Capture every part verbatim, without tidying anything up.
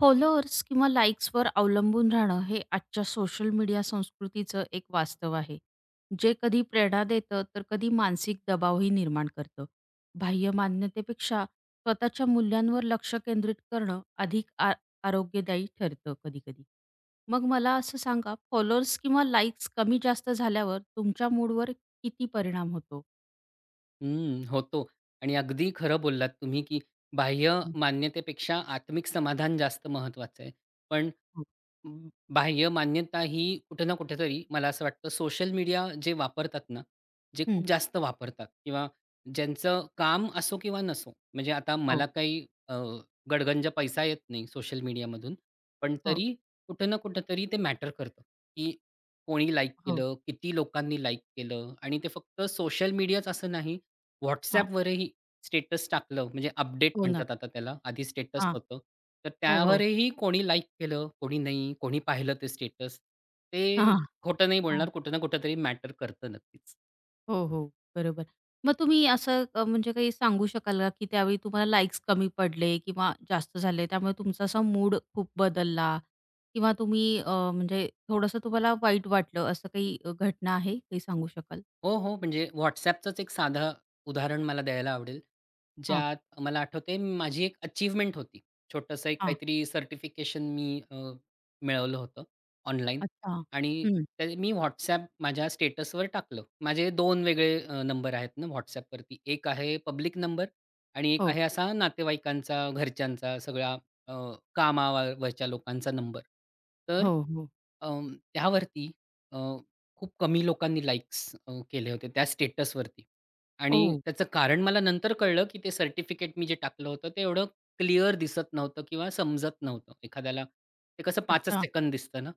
Followers किंवा लाईक्सवर अवलंबून राहणं हे आजच्या सोशल मीडिया संस्कृतीचं एक वास्तव आहे, जे कधी प्रेरणा देतं तर कधी मानसिक दबावही निर्माण करतं. बाह्य मान्यतेपेक्षा स्वतःच्या मूल्यांवर लक्ष केंद्रित करणं अधिक आ आरोग्यदायी ठरतं कधी-कधी. मग मला असं सांगा, फॉलोअर्स किंवा लाईक्स कमी जास्त झाल्यावर तुमच्या मूडवर किती परिणाम होतो? हं, होतो आणि अगदी खरं बोललात तुम्ही, की बाह्य हं, मान्यतेपेक्षा आत्मिक समाधान जास्त महत्त्वाचं आहे. पण हो. अं, बाह्य मान्यता ही कुठे ना कुठेतरी मला असं वाटतं सोशल मीडिया जे वापरतात ना, जे हं. खूप जास्त वापरतात किंवा ज्यांचं काम असो किंवा नसो, म्हणजे आता हो, मला काही अ, गडगंज पैसा येत नाही सोशल मीडियामधून, पण हो, तरी कुठे ना कुठेतरी ते मॅटर करतं, की कोणी लाईक हो. केलं, किती लोकांनी लाईक केलं आणि ते फक्त सोशल मीडियाच असं नाही, हां, WhatsAppवरही स्टेटस टाकलं म्हणजे अपडेट हो ना. म्हणतात आता त्याला, आधी स्टेटस हां, होतं. तर हो, हो. त्यावरही कोणी लाइक केलं, कोणी नाही, कोणी पाहिलं ते स्टेटस. हां, ते हां. खोटं नाही बोलणार, कुठं ना कुठेतरी मॅटर करतं नक्कीच. हो, हो. बरोबर. मग तुम्ही असं अ, म्हणजे काही सांगू शकाल का, की त्यावेळी तुम्हाला लाइक्स कमी पडले किंवा जास्त झाले, त्यामुळे तुमचा असा मूड खूप बदलला किंवा तुम्ही अ, म्हणजे थोडंसं तुम्हाला वाईट वाटलं, असं काही अ, घटना आहे? काही सांगू शकाल? हो, हो. म्हणजे WhatsAppचंच एक साधं उदाहरण मला द्यायला आवडेल. हां, ज्यात मला आठवतंय माझी एक अचीवमेंट होती. छोटंसं एक हां. काहीतरी सर्टिफिकेशन मी अ, मिळवलं होतं ऑनलाईन अच्छा. आणि हं. ते मी WhatsApp माझ्या स्टेटसवर टाकलं. माझे दोन वेगळे अ, नंबर आहेत ना WhatsAppवरती. एक आहे पब्लिक नंबर आणि एक हो, आहे असा नातेवाईकांचा, घरच्यांचा, सगळ्या अ, कामावरच्या लोकांचा नंबर. तर हो, हो. अ, त्यावरती खूप कमी लोकांनी लाइक्स केले होते त्या स्टेटसवरती आणि ओह! त्याचं कारण मला नंतर कळलं, की ते सर्टिफिकेट मी जे टाकलं होतं, ते एवढं क्लिअर दिसत नव्हतं किंवा समजत नव्हतं एखाद्याला. ते कसं पाचच अच्छा. सेकंद दिसतं ना,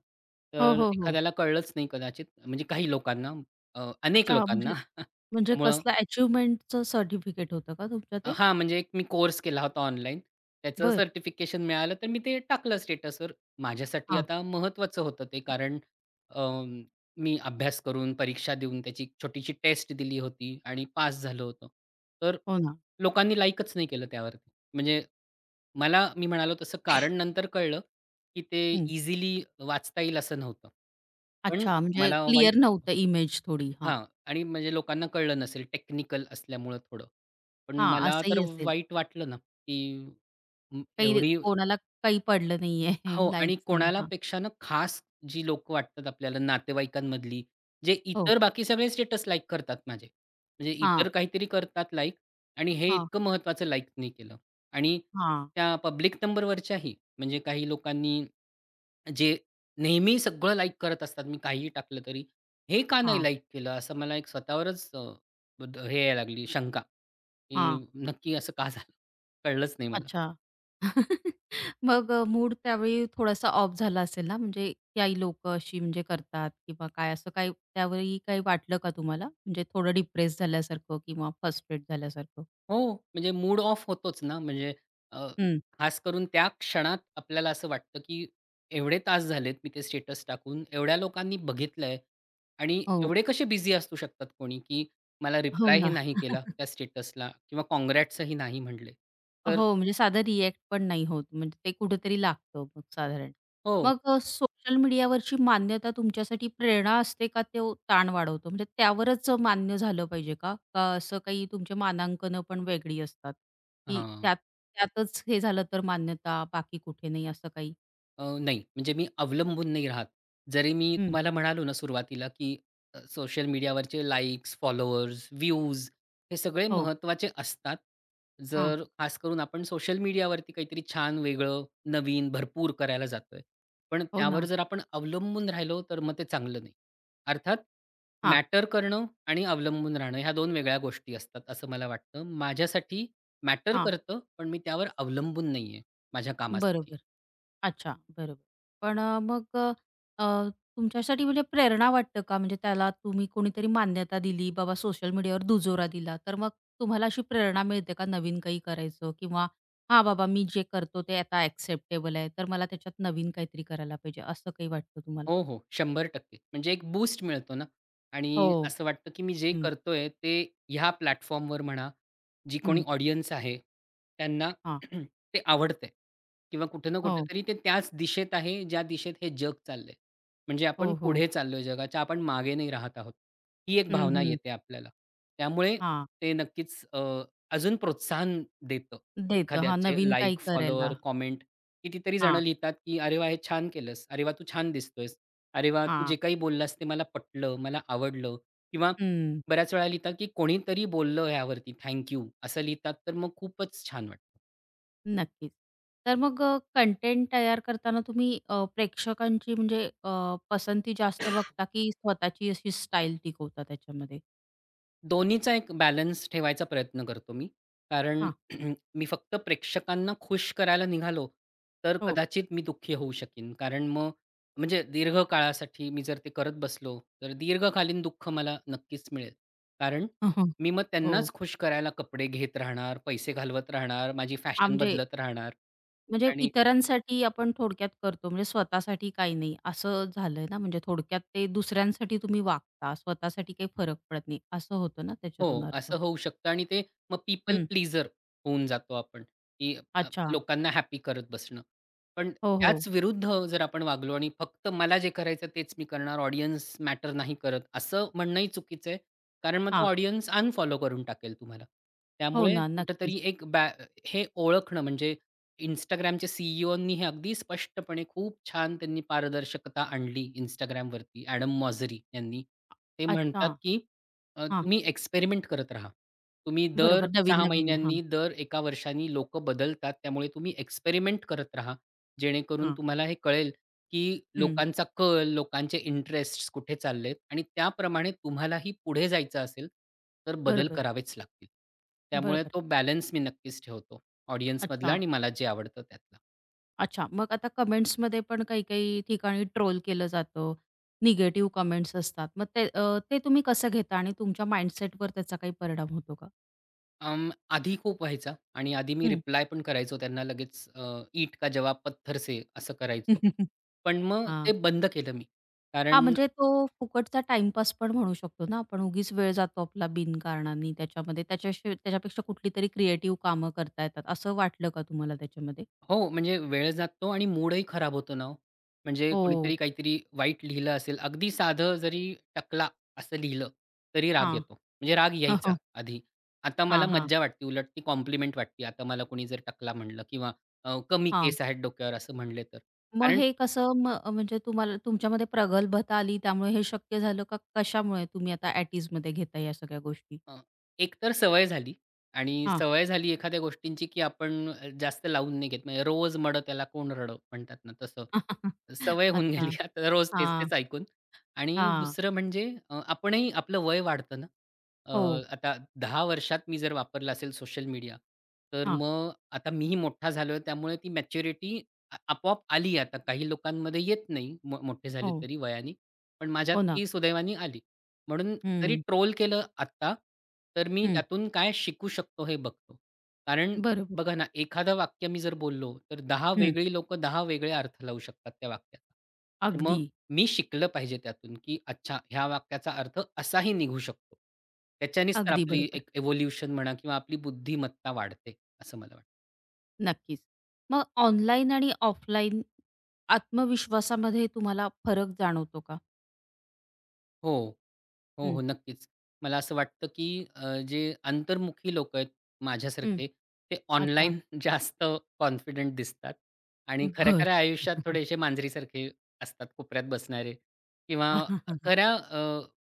हो, तर हो, हो. एखाद्याला कळलंच नाही कदाचित म्हणजे काही लोकांना, अ, अनेक अच्छा, म्हणजे लोकांना. म्हणजे त्यामुळं कसलं अचिव्हमेंटचं सर्टिफिकेट होतं का तुमचं अ, ते? हां, म्हणजे एक मी कोर्स केला होता ऑनलाईन. त्याचं बरं. सर्टिफिकेशन मिळालं, तर मी ते टाकलं स्टेटसवर. माझ्यासाठी हां. आता महत्त्वाचं होतं ते, कारण अं, मी अभ्यास करून, परीक्षा देऊन त्याची एक छोटीशी टेस्ट दिली होती आणि पास झालो होतो. तर हो ना. लोकांनी लाईकच नाही केलं त्यावरती. म्हणजे मला मी म्हणालो तसं कारण नंतर कळलं, की ते हं. इझिली वाचता येईल असं नव्हतं. पण अच्छा, म्हणजे मला क्लिअर वाईट वाटलं. नव्हतं इमेज थोडी. हां. हां. आणि म्हणजे लोकांना कळलं नसेल टेक्निकल असल्यामुळं थोडं. पण हां, मला तर असंही असेल. वाईट वाटलं ना, की अं, काही एवढी कोणाला काही पडलं नाहीये हो आणि लाईक्स नाही. कोणाला हां. पेक्षा ना खास जी लोकं वाटतात आपल्याला नातेवाईकांमधली, जे हो. इतर बाकी सगळे स्टेटस लाइक करतात माझे. म्हणजे हां, इतर काहीतरी करतात लाइक आणि हे हां, इतकं महत्त्वाचं लाइक नाही केलं. आणि हां, त्या पब्लिक नंबरवरच्याही म्हणजे काही लोकांनी जे नेहमी सगळं लाईक करत असतात, मी काहीही टाकलं तरी. हे का नाही हां, लाईक केलं? असं मला एक स्वतःवरच अ, द हे यायला लागली शंका, हां. की नक्की असं का झालं? कळलंच नाही मला. अच्छा. मग अ, मूड त्यावेळी थोडासा ऑफ झाला असेल ना, म्हणजे काही लोकं अशी म्हणजे करतात किंवा काय असं काही त्यावेळी काही वाटलं का तुम्हाला? म्हणजे थोडं डिप्रेस झाल्यासारखं किंवा फ्रस्ट्रेट झाल्यासारखं? हो, म्हणजे मूड ऑफ होतोच ना, म्हणजे अ, हं. खास करून त्या क्षणात आपल्याला असं वाटतं, की एवढे तास झालेत मी ते स्टेटस टाकून, एवढ्या लोकांनी बघितलंय आणि हो. एवढे कसे बिझी असू शकतात कोणी, की मला हो रिप्लायही ना. नाही केला त्या स्टेटसला किंवा काँग्रॅट्सही नाही म्हटले. तर हो, म्हणजे साधं रिएक्ट पण नाही होत. म्हणजे ते कुठेतरी लागतं मग साधारण. हो. मग अ, सोशल मीडियावरची मान्यता तुमच्यासाठी प्रेरणा असते का तो ताण वाढवतो? म्हणजे त्यावरच मान्य झालं पाहिजे का? का असं काही तुमचे मानांकनं पण वेगळी असतात, की हां. त्यात त्यातच हे झालं तर मान्यता, बाकी कुठे नाही असं काही? अ, नाही, म्हणजे मी अवलंबून नाही राहत. जरी मी हं. तुम्हाला म्हणालो ना सुरुवातीला, की अ, सोशल मीडियावरचे लाइक्स, फॉलोअर्स, व्ह्यूज हे सगळे हो. महत्त्वाचे असतात. हां. जर खास करून आपण सोशल मीडियावरती काहीतरी छान, वेगळं, नवीन, भरपूर करायला जातोय. पण हो त्यावर ना. जर आपण अवलंबून राहिलो, तर मग ते चांगलं नाही. अर्थात हां, मॅटर करणं आणि अवलंबून राहणं ह्या दोन वेगळ्या गोष्टी असतात, असं मला वाटतं. माझ्यासाठी मॅटर हां. करतं, पण मी त्यावर अवलंबून नाहीये माझ्या कामासाठी. बरोबर. अच्छा, बरोबर. पण अ, मग अ, अ, तुमच्यासाठी म्हणजे प्रेरणा वाटतं का? म्हणजे त्याला तुम्ही कोणीतरी मान्यता दिली, बाबा सोशल मीडियावर दुजोरा दिला, तर मग तुम्हाला अशी प्रेरणा मिळते का नवीन काही करायचं किंवा हां, बाबा मी जे करतो ते आता ॲक्सेप्टेबल आहे, तर मला त्याच्यात नवीन काहीतरी करायला पाहिजे, असं काही वाटतं तुम्हाला? हो, हो. शंभर टक्के म्हणजे एक बूस्ट मिळतो ना आणि हो. असं वाटतं, की मी जे हं, करतोय ते ह्या प्लॅटफॉर्मवर म्हणा, जी कोणी हं. ऑडियन्स आहे त्यांना हां. ते आवडतंय किंवा कुठे ना कुठं हो, तरी ते त्याच दिशेत आहे, ज्या दिशेत हे जग चाललंय. म्हणजे आपण हो, हो. पुढे चाललोय जगाच्या, आपण मागे नाही राहत आहोत. ही एक हं, भावना हं. येते आपल्याला. त्यामुळे हां, ते नक्कीच अ, अजून प्रोत्साहन देतं. देतं. हां, एखाद्याचे नवीन काही लाइक, फॉलोवर, करायला. कॉमेंट कितीतरी जण हां, लिहितात, की "अरे वाह! हे छान केलंस. अरे वाह! तू छान दिसतोयस." अरे वाह! तू जे हां. काही बोललास ते मला पटलं, मला आवडलं किंवा हं. बऱ्याच वेळा लिहिता, की कोणीतरी बोललं ह्यावरती थँक यू असं लिहितात, तर मग खूपच छान वाटतं. नक्कीच. तर मग कंटेंट तयार करताना तुम्ही अ, प्रेक्षकांची म्हणजे अ, पसंती जास्त बघता की स्वतःची अशी स्टाईल टिकवता त्याच्यामध्ये? दोन्हीचा एक बॅलन्स ठेवायचा प्रयत्न करतो मी. कारण हां. मी फक्त प्रेक्षकांना खुश करायला निघालो, तर हो. कदाचित मी दुःखी होऊ शकीन. कारण मग म्हणजे दीर्घ काळासाठी मी जर ते करत बसलो, तर दीर्घकालीन दुःख मला नक्कीच मिळेल. कारण हं, मी मग हो. त्यांनाच खुश करायला कपडे घेत राहणार, पैसे घालवत राहणार, माझी हां, फॅशन म्हणजे बदलत राहणार. म्हणजे आणि इतरांसाठी आपण थोडक्यात करतो म्हणजे स्वतःसाठी काही नाही असं झालंय ना, म्हणजे थोडक्यात ते दुसऱ्यांसाठी तुम्ही वागता, स्वतःसाठी काही फरक पडत नाही असं होतं ना त्याच्यातून हो, अर्थ? असं होऊ शकतं आणि ते मग पीपल हं. प्लीजर होऊन जातो आपण, की अ, अच्छा. लोकांना हॅपी करत बसणं. पण हो, हो. त्याच विरुद्ध जर आपण वागलो आणि फक्त मला जे करायचं तेच मी करणार, ऑडियन्स मॅटर नाही करत, असं म्हणणंही चुकीचं आहे. कारण मग तो हां. ऑडियन्स अनफॉलो करून टाकेल तुम्हाला. हो त्यामुळे ना, नक्कीच. कुठेतरी एक बॅ हे ओळखणं म्हणजे Instagramच्या सीईओनी हे अगदी स्पष्टपणे खूप छान त्यांनी पारदर्शकता आणली Instagramवरती. एडम मॉझरी यांनी. ते अच्छा. म्हणतात, की अ, हां. तुम्ही एक्सपेरिमेंट करत राहा. तुम्ही दर बरोबर. सहा नवीन-नवीन. महिन्यांनी, हां, दर एक वर्षांनी लोकं बदलतात. त्यामुळे तुम्ही एक्सपेरिमेंट करत राहा. जेणेकरून हां. तुम्हाला हे कळेल, की हं. लोकांचा कल, लोकांचे इंटरेस्ट्स कुठे चाललेत आणि त्याप्रमाणे तुम्हालाही पुढे जायचं असेल, तर बदल बरोबर. करावेच लागतील. त्यामुळे बरोबर. तो बॅलन्स मी नक्कीच ठेवतो. ऑडियन्समधला अच्छा, आणि मला जे आवडतं त्यातला. अच्छा. मग आता कमेंट्समध्ये पण काही-काही ठिकाणी ट्रोल केलं जातं. निगेटिव्ह कमेंट्स असतात. मग ते अ, ते तुम्ही कसं घेता आणि तुमच्या माइंडसेटवर त्याचा काही परिणाम होतो का? अं, आधी खूप व्हायचा आणि आधी मी हं. रिप्लाय पण करायचो त्यांना लगेच अ, ईंट का जवाब पत्थर से असं करायचो. पण मग हां. ते बंद केलं मी. हां, कारण म्हणजे तो फुकटचा टाईमपास पण म्हणू शकतो ना आपण. उगीच वेळ जातो आपला बिनकारणाने त्याच्यामध्ये. त्याच्याशी त्याच्यापेक्षा कुठलीतरी क्रिएटिव्ह कामं करता येतात. असं वाटलं का तुम्हाला त्याच्यामध्ये? हो, म्हणजे वेळ जातो आणि मूडही खराब होतो ना हो. म्हणजे हो. कोणीतरी काहीतरी वाईट लिहिलं असेल, अगदी साधं जरी "टकला" असं लिहिलं तरी राग हां. येतो. म्हणजे राग यायचा आधी. आता मला हां, हां. हां, मज्जा वाटते उलट ती कॉम्प्लिमेंट वाटते आता मला कोणी जर टकला म्हणलं किंवा अ, "कमी केस आहेत डोक्यावर" असं म्हणले तर. मग कारण हे कसं म म्हणजे तुम्हाला तुमच्यामध्ये प्रगल्भता आली त्यामुळे हे शक्य झालं का कशामुळे तुम्ही आता ॲटीजमध्ये घेता या सगळ्या गोष्टी? अ, एक तर सवय झाली आणि हां. सवय झाली एखाद्या गोष्टींची, की आपण अ, जास्त लावून नाही घेत. म्हणजे रोज मड़ त्याला कोण रड़ म्हणतात ना तसं. सवय होऊन गेली अच्छा. आता रोज हां, तेच-तेच ऐकून. आणि हां. दुसरं म्हणजे अ, आपणही आपलं वय वाढतं ना. अ, हो. आता दहा वर्षात मी जर वापरला असेल सोशल मीडिया, तर हां. मग आता मीही मोठा झालोय त्यामुळे ती मॅच्युरिटी आपोआप आली आता. काही लोकांमध्ये येत नाही, मो मोठे झाले हो. तरी वयाने. पण माझ्यात हो ना. ती सुदैवाने आली. म्हणून जरी हं, ट्रोल केलं आत्ता, तर मी हं. त्यातून काय शिकू शकतो हे बघतो. कारण बरोबर. बघा ना, एखादं वाक्य मी जर बोललो, तर दहा हं. वेगळी लोकं दहा वेगळे अर्थ लावू शकतात त्या वाक्याचा. तर मग अगदी, मी शिकलं पाहिजे त्यातून, की अच्छा ह्या वाक्याचा अर्थ असाही निघू शकतो. त्याच्यानेच तर अगदी आपली बरोबर. एक इव्होल्यूशन म्हणा किंवा आपली बुद्धिमत्ता वाढते, असं मला वाटतं. नक्कीच. मग ऑनलाईन आणि ऑफलाईन आत्मविश्वासामध्ये तुम्हाला फरक जाणवतो का? हो. हो, हं, हो. नक्कीच. मला असं वाटतं, की अ, जे अंतर्मुखी लोकं आहेत हं. माझ्यासारखे, ते अच्छा. ऑनलाईन जास्त कॉन्फिडंट दिसतात आणि बरं. खऱ्या-खऱ्या आयुष्यात थोडेसे मांजरीसारखे असतात कोपऱ्यात बसणारे किंवा खऱ्या अ,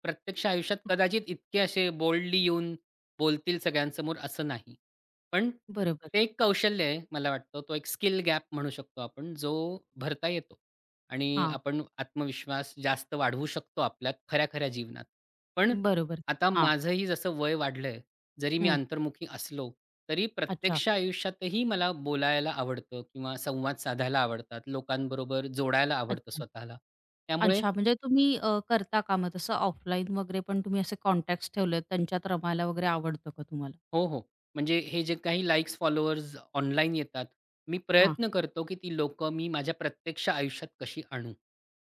प्रत्यक्ष आयुष्यात कदाचित इतके असे बोल्डली येऊन बोलतील सगळ्यांसमोर असं नाही. पण बरोबर. ते एक कौशल्य आहे मला वाटतं. तो एक स्किल गॅप म्हणू शकतो आपण, जो भरता येतो. आणि हां. आपण आत्मविश्वास जास्त वाढवू शकतो आपल्यात खऱ्या-खऱ्या जीवनात. पण बरोबर. आता हां. माझंही जसं वय वाढलंय, जरी मी अंतर्मुखी असलो, तरी अच्छा, प्रत्यक्ष आयुष्यातही मला बोलायला आवडतं किंवा संवाद साधायला आवडतात. लोकांबरोबर जोडायला आवडतं अच्छा. स्वतःला. त्यामुळे अच्छा, म्हणजे तुम्ही अ, करता का मग तसं ऑफलाईन वगैरे पण तुम्ही असे कॉन्टॅक्ट्स ठेवलेत, त्यांच्यात रमायला वगैरे आवडतं का तुम्हाला? हो, हो. म्हणजे हे जे काही लाइक्स, फॉलोअर्स ऑनलाईन येतात, मी हां, प्रयत्न करतो, की ती लोकं मी माझ्या प्रत्यक्ष आयुष्यात कशी आणू?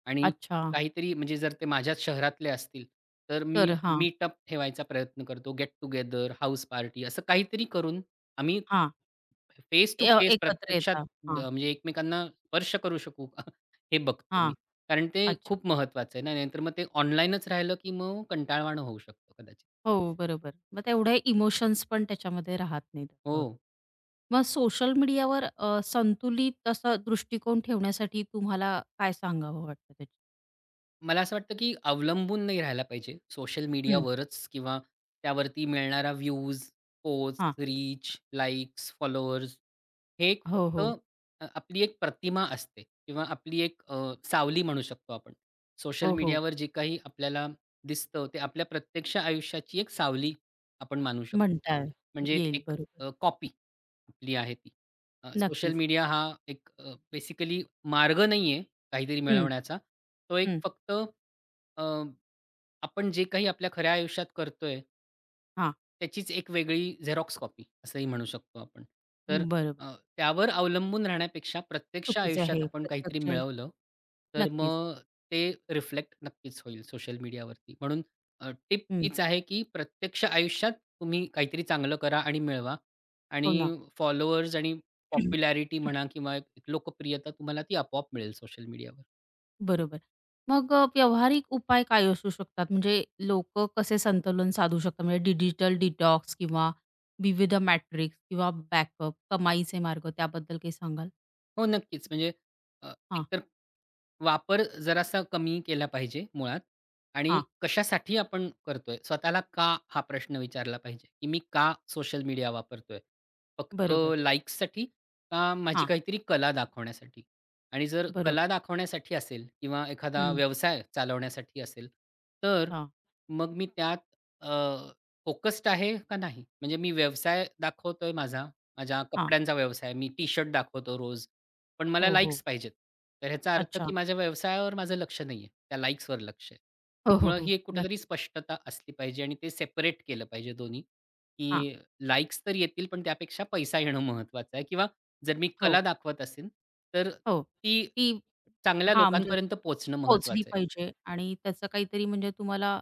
आणि अच्छा. काहीतरी म्हणजे जर ते माझ्याच शहरातले असतील, तर मी तर हां, मीटअप ठेवायचा प्रयत्न करतो. गेट टुगेदर, हाउस पार्टी असं काहीतरी करून आम्ही हां. फेस टू अ, फेस एकत्र प्रत्यक्षात येता. अ, हां, म्हणजे एकमेकांना स्पर्श करू शकू का? हे बघतो मी. हां. कारण ते अच्छा. खूप महत्वाचं आहे ना, नाहीतर मग ते ऑनलाईनच राहिलं, की मग कंटाळवाणं होऊ शकतं कदाचित. हो, बरोबर. मग तेवढे इमोशन्स पण त्याच्यामध्ये राहत नाहीत हो. असं होतं. मग सोशल मीडियावर अ, संतुलित असा दृष्टिकोन ठेवण्यासाठी तुम्हाला काय सांगावं वाटतं त्याच्यात? मला असं वाटतं, की अवलंबून नाही राहायला पाहिजे सोशल हं, मीडियावरच किंवा त्यावरती मिळणारा व्ह्यूज, पोस्ट, हां. रीच, लाइक्स, फॉलोअर्स हे एक हो, फक्त हो. अ, आपली एक प्रतिमा असते किंवा आपली एक अ, सावली म्हणू शकतो आपण. सोशल हो, हो. मीडियावर जे काही आपल्याला दिसतं, ते आपल्या प्रत्यक्ष आयुष्याची एक सावली आपण मानू शकतो. म्हणता म्हणजे येईल. एक बरोबर. कॉपी आपली आहे ती. सोशल नक्कीच. मीडिया हा एक बेसिकली मार्ग नाहीये, काहीतरी हं, मिळवण्याचा. तो एक हं. फक्त अ, आपण जे काही आपल्या खऱ्या आयुष्यात करतोय हां. त्याचीच एक वेगळी झेरॉक्स कॉपी असंही म्हणू शकतो आपण. तर बरोबर. अ, त्यावर अवलंबून राहण्यापेक्षा प्रत्यक्ष चुकीचं आयुष्यात आहे आपण काहीतरी प्रत्यक्ष मिळवलं, तर नक्कीच. मग ते रिफ्लेक्ट नक्कीच होईल सोशल मीडियावरती. म्हणून टिप हं. हीच आहे, की प्रत्यक्ष आयुष्यात तुम्ही काहीतरी चांगलं करा आणि मिळवा आणि हो ना. फॉलोअर्स आणि पॉप्युलॅरिटी म्हणा किंवा एक एक लोकप्रियता तुम्हाला ती आपोआप मिळेल सोशल मीडियावर. बरोबर. मग अ, व्यावहारिक उपाय काय असू शकतात? म्हणजे लोकं कसे संतुलन साधू शकतात? म्हणजे डिजिटल डिटॉक्स किंवा विविध मॅट्रिक्स किंवा बॅकअप, कमाईचे मार्ग त्याबद्दल काही सांगाल? हो, नक्कीच. म्हणजे अ, हां, एकतर वापर जरासा कमी केला पाहिजे मुळात आणि हां. कशासाठी आपण करतोय? स्वतःला का? हा प्रश्न विचारला पाहिजे, की मी का सोशल मीडिया वापरतोय? फक्त बरोबर. लाइक्ससाठी का माझी हां, काहीतरी कला दाखवण्यासाठी? आणि जर कला बरोबर. दाखवण्यासाठी असेल किंवा एखादा हं. व्यवसाय चालवण्यासाठी असेल, तर हां, मग मी त्यात फोकस्ड आहे का नाही? म्हणजे मी व्यवसाय दाखवतोय माझा, माझ्या हां. कपड्यांचा व्यवसाय. मी टी-शर्ट दाखवतो रोज पण मला हो, हो. लाइक्स पाहिजेत. तर ह्याचा अर्थ अच्छा. की माझ्या व्यवसायावर माझं लक्ष नाहीये. त्या लाइक्सवर लक्ष आहे. हो, हो, त्यामुळं हो. ही एक कुठेतरी नक्कीच. स्पष्टता असली पाहिजे आणि ते सेपरेट केलं पाहिजे दोन्ही, हां. की लाइक्स तर येतील पण त्यापेक्षा पैसा येणं महत्त्वाचं आहे किंवा जर मी कला हो, दाखवत असेन, तर हो. ती ती चांगल्या हां, म्हणजे लोकांपर्यंत पोहोचणं पोहोचली महत्त्वाचं आहे. पाहिजे आणि त्याचा काहीतरी म्हणजे तुम्हाला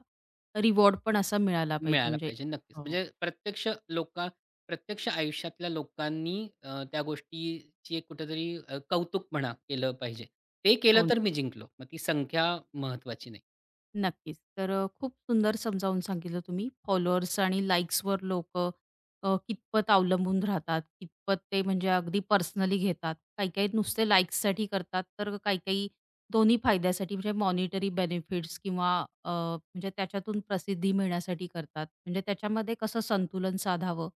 रिवॉर्ड पण असा मिळाला पाहिजे मिळाला म्हणजे पाहिजे. नक्कीच. हो. म्हणजे प्रत्यक्ष लोका प्रत्यक्ष आयुष्यातल्या लोकांनी अ, त्या गोष्टीची एक कुठेतरी अ, कौतुक म्हणा केलं पाहिजे. ते केलं हो, तर मी जिंकलो. मग ती संख्या महत्वाची नाही. नक्कीच. तर अ, खूप सुंदर समजावून सांगितलं तुम्ही. फॉलोअर्स आणि लाइक्सवर लोकं अ, कितपत अवलंबून राहतात, कितपत ते म्हणजे अगदी पर्सनली घेतात. काही-काही नुसते लाइक्ससाठी करतात, तर काही-काही दोन्ही फायद्यासाठी म्हणजे मॉनिटरी बेनिफिट्स किंवा अ, म्हणजे त्याच्यातून प्रसिद्धी मिळण्यासाठी करतात. म्हणजे त्याच्यामध्ये कसं संतुलन साधावं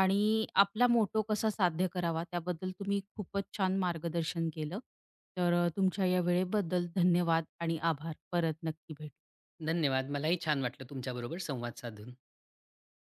आणि आपला मोटो कसा साध्य करावा त्याबद्दल तुम्ही खूपच छान मार्गदर्शन केलं. तर अ, तुमच्या या वेळेबद्दल धन्यवाद आणि आभार. परत नक्की भेटू. धन्यवाद. मलाही छान वाटलं तुमच्याबरोबर संवाद साधून.